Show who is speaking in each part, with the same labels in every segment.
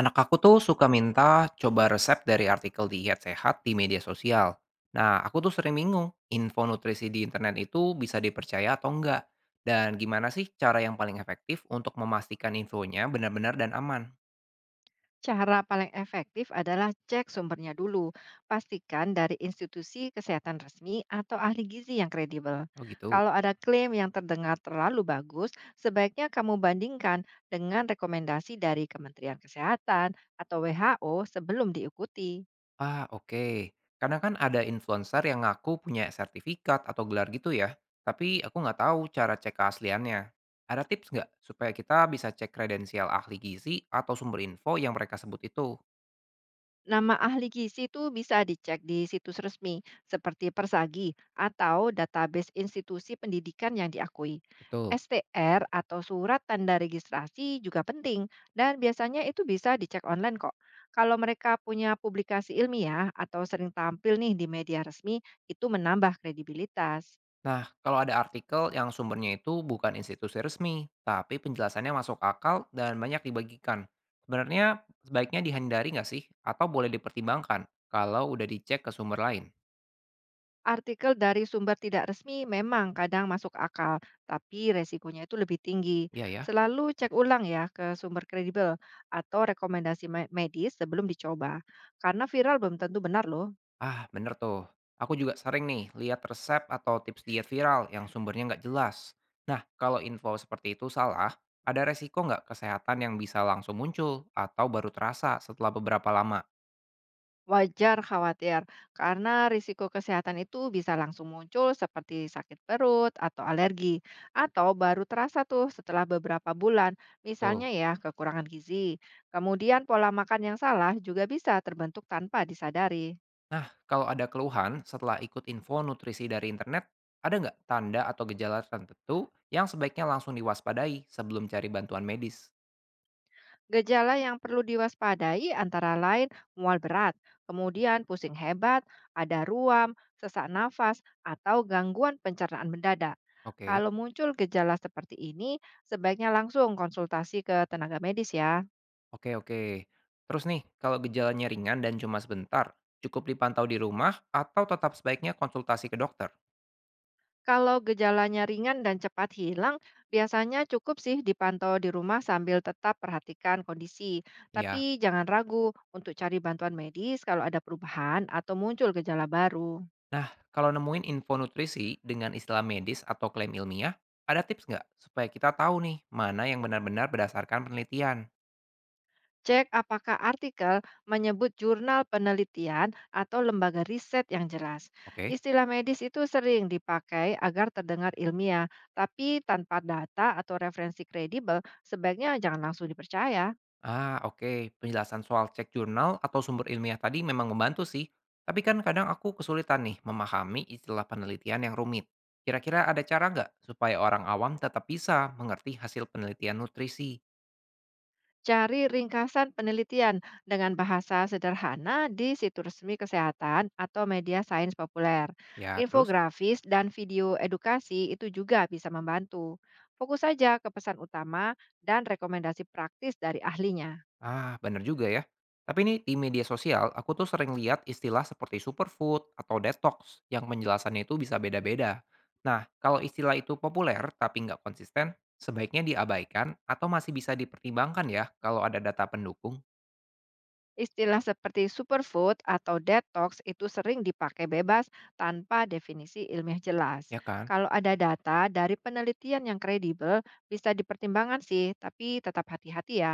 Speaker 1: Anak aku tuh suka minta coba resep dari artikel diet sehat di media sosial. Nah, aku tuh sering bingung, info nutrisi di internet itu bisa dipercaya atau enggak? Dan gimana sih cara yang paling efektif untuk memastikan infonya benar-benar dan aman?
Speaker 2: Cara paling efektif adalah cek sumbernya dulu. Pastikan dari institusi kesehatan resmi atau ahli gizi yang kredibel.
Speaker 1: Oh gitu.
Speaker 2: Kalau ada klaim yang terdengar terlalu bagus, sebaiknya kamu bandingkan dengan rekomendasi dari Kementerian Kesehatan atau WHO sebelum diikuti.
Speaker 1: Ah, oke. Karena kan ada influencer yang ngaku punya sertifikat atau gelar gitu ya. Tapi aku nggak tahu cara cek keasliannya. Ada tips nggak supaya kita bisa cek kredensial ahli gizi atau sumber info yang mereka sebut itu?
Speaker 2: Nama ahli gizi itu bisa dicek di situs resmi seperti Persagi atau database institusi pendidikan yang diakui.
Speaker 1: Betul.
Speaker 2: STR atau surat tanda registrasi juga penting dan biasanya itu bisa dicek online kok. Kalau mereka punya publikasi ilmiah atau sering tampil nih di media resmi, itu menambah kredibilitas.
Speaker 1: Nah, kalau ada artikel yang sumbernya itu bukan institusi resmi, tapi penjelasannya masuk akal dan banyak dibagikan. Sebenarnya sebaiknya dihindari nggak sih? Atau boleh dipertimbangkan kalau udah dicek ke sumber lain?
Speaker 2: Artikel dari sumber tidak resmi memang kadang masuk akal, tapi resikonya itu lebih tinggi.
Speaker 1: Iya ya.
Speaker 2: Selalu cek ulang ya ke sumber kredibel atau rekomendasi medis sebelum dicoba. Karena viral belum tentu benar loh.
Speaker 1: Ah, bener tuh. Aku juga sering nih lihat resep atau tips diet viral yang sumbernya nggak jelas. Nah, kalau info seperti itu salah, ada resiko nggak kesehatan yang bisa langsung muncul atau baru terasa setelah beberapa lama?
Speaker 2: Wajar khawatir karena risiko kesehatan itu bisa langsung muncul seperti sakit perut atau alergi atau baru terasa tuh setelah beberapa bulan, misalnya
Speaker 1: Tuh.
Speaker 2: ya kekurangan gizi. Kemudian pola makan yang salah juga bisa terbentuk tanpa disadari.
Speaker 1: Nah, kalau ada keluhan setelah ikut info nutrisi dari internet, ada nggak tanda atau gejala tertentu yang sebaiknya langsung diwaspadai sebelum cari bantuan medis?
Speaker 2: Gejala yang perlu diwaspadai antara lain mual berat, kemudian pusing hebat, ada ruam, sesak nafas, atau gangguan pencernaan mendadak.
Speaker 1: Oke.
Speaker 2: Kalau muncul gejala seperti ini, sebaiknya langsung konsultasi ke tenaga medis ya.
Speaker 1: Oke, oke. Terus nih, kalau gejalanya ringan dan cuma sebentar, cukup dipantau di rumah atau tetap sebaiknya konsultasi ke dokter?
Speaker 2: Kalau gejalanya ringan dan cepat hilang, biasanya cukup sih dipantau di rumah sambil tetap perhatikan kondisi. Tapi
Speaker 1: Ya.
Speaker 2: jangan ragu untuk cari bantuan medis kalau ada perubahan atau muncul gejala baru.
Speaker 1: Nah, kalau nemuin info nutrisi dengan istilah medis atau klaim ilmiah, ada tips nggak supaya kita tahu nih mana yang benar-benar berdasarkan penelitian?
Speaker 2: Cek apakah artikel menyebut jurnal penelitian atau lembaga riset yang jelas.
Speaker 1: Oke.
Speaker 2: Istilah medis itu sering dipakai agar terdengar ilmiah, tapi tanpa data atau referensi kredibel, sebaiknya jangan langsung dipercaya.
Speaker 1: Ah, oke. Penjelasan soal cek jurnal atau sumber ilmiah tadi memang membantu sih. Tapi kan kadang aku kesulitan nih memahami istilah penelitian yang rumit. Kira-kira ada cara nggak supaya orang awam tetap bisa mengerti hasil penelitian nutrisi?
Speaker 2: Cari ringkasan penelitian dengan bahasa sederhana di situs resmi kesehatan atau media sains populer.
Speaker 1: Ya, terus?
Speaker 2: Infografis dan video edukasi itu juga bisa membantu. Fokus saja ke pesan utama dan rekomendasi praktis dari ahlinya.
Speaker 1: Ah, bener juga ya. Tapi ini di media sosial, aku tuh sering lihat istilah seperti superfood atau detox yang penjelasannya itu bisa beda-beda. Nah, kalau istilah itu populer tapi nggak konsisten, sebaiknya diabaikan atau masih bisa dipertimbangkan ya kalau ada data pendukung?
Speaker 2: Istilah seperti superfood atau detox itu sering dipakai bebas tanpa definisi ilmiah jelas.
Speaker 1: Ya kan?
Speaker 2: Kalau ada data dari penelitian yang kredibel, bisa dipertimbangkan sih, tapi tetap hati-hati ya.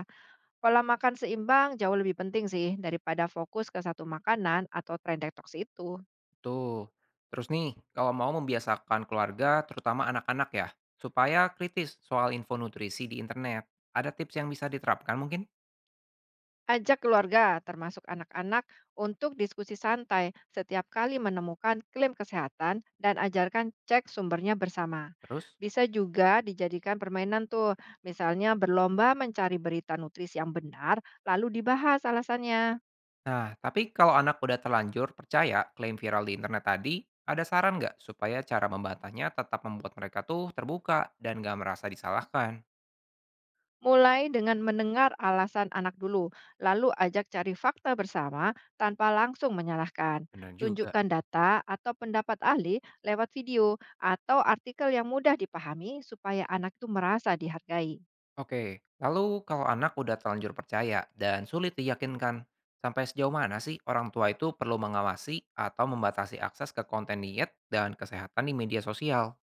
Speaker 2: Pola makan seimbang jauh lebih penting sih daripada fokus ke satu makanan atau tren detox itu.
Speaker 1: Tuh. Terus nih, kalau mau membiasakan keluarga, terutama anak-anak ya, supaya kritis soal info nutrisi di internet, ada tips yang bisa diterapkan mungkin?
Speaker 2: Ajak keluarga, termasuk anak-anak, untuk diskusi santai setiap kali menemukan klaim kesehatan dan ajarkan cek sumbernya bersama.
Speaker 1: Terus?
Speaker 2: Bisa juga dijadikan permainan tuh, misalnya berlomba mencari berita nutrisi yang benar, lalu dibahas alasannya.
Speaker 1: Nah, tapi kalau anak udah terlanjur percaya klaim viral di internet tadi, ada saran nggak supaya cara membantahnya tetap membuat mereka tuh terbuka dan nggak merasa disalahkan?
Speaker 2: Mulai dengan mendengar alasan anak dulu, lalu ajak cari fakta bersama tanpa langsung menyalahkan.
Speaker 1: Bener juga.
Speaker 2: Tunjukkan data atau pendapat ahli lewat video atau artikel yang mudah dipahami supaya anak itu merasa dihargai.
Speaker 1: Oke, lalu kalau anak udah terlanjur percaya dan sulit diyakinkan, sampai sejauh mana sih orang tua itu perlu mengawasi atau membatasi akses ke konten diet dan kesehatan di media sosial?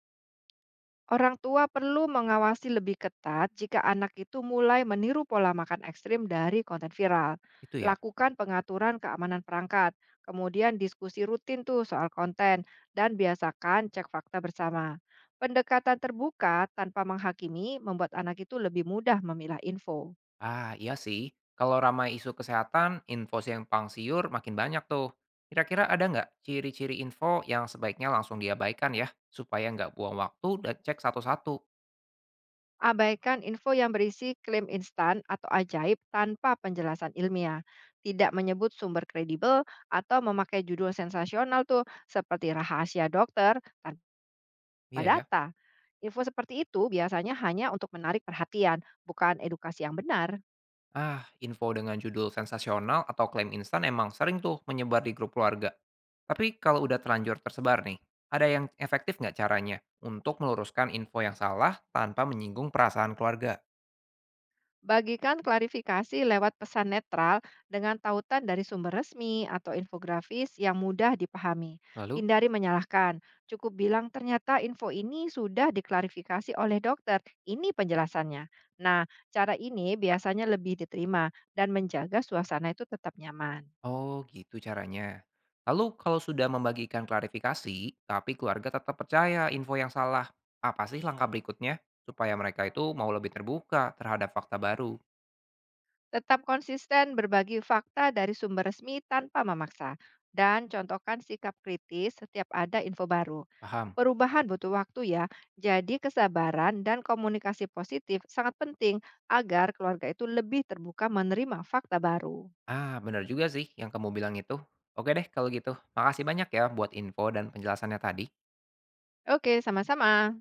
Speaker 2: Orang tua perlu mengawasi lebih ketat jika anak itu mulai meniru pola makan ekstrim dari konten viral.
Speaker 1: Itu ya.
Speaker 2: Lakukan pengaturan keamanan perangkat, kemudian diskusi rutin tuh soal konten, dan biasakan cek fakta bersama. Pendekatan terbuka tanpa menghakimi membuat anak itu lebih mudah memilah info.
Speaker 1: Ah, iya sih. Kalau ramai isu kesehatan, info yang pangsiur makin banyak tuh. Kira-kira ada nggak ciri-ciri info yang sebaiknya langsung diabaikan ya, supaya nggak buang waktu dan cek satu-satu?
Speaker 2: Abaikan info yang berisi klaim instan atau ajaib tanpa penjelasan ilmiah. Tidak menyebut sumber kredibel atau memakai judul sensasional tuh seperti rahasia dokter tanpa
Speaker 1: Iya ya.
Speaker 2: data. Info seperti itu biasanya hanya untuk menarik perhatian, bukan edukasi yang benar.
Speaker 1: Ah, info dengan judul sensasional atau klaim instan emang sering tuh menyebar di grup keluarga. Tapi kalau udah terlanjur tersebar nih, ada yang efektif nggak caranya untuk meluruskan info yang salah tanpa menyinggung perasaan keluarga?
Speaker 2: Bagikan klarifikasi lewat pesan netral dengan tautan dari sumber resmi atau infografis yang mudah dipahami.
Speaker 1: Lalu,
Speaker 2: Hindari menyalahkan. Cukup bilang ternyata info ini sudah diklarifikasi oleh dokter. Ini penjelasannya. Nah, cara ini biasanya lebih diterima dan menjaga suasana itu tetap nyaman.
Speaker 1: oh gitu caranya. Lalu kalau sudah membagikan klarifikasi, tapi keluarga tetap percaya info yang salah, apa sih langkah berikutnya supaya mereka itu mau lebih terbuka terhadap fakta baru?
Speaker 2: Tetap konsisten berbagi fakta dari sumber resmi tanpa memaksa, dan contohkan sikap kritis setiap ada info baru.
Speaker 1: Paham?
Speaker 2: Perubahan butuh waktu ya, jadi kesabaran dan komunikasi positif sangat penting agar keluarga itu lebih terbuka menerima fakta baru.
Speaker 1: Ah, benar juga sih yang kamu bilang itu. Oke deh kalau gitu. Makasih banyak ya buat info dan penjelasannya tadi.
Speaker 2: Oke, sama-sama.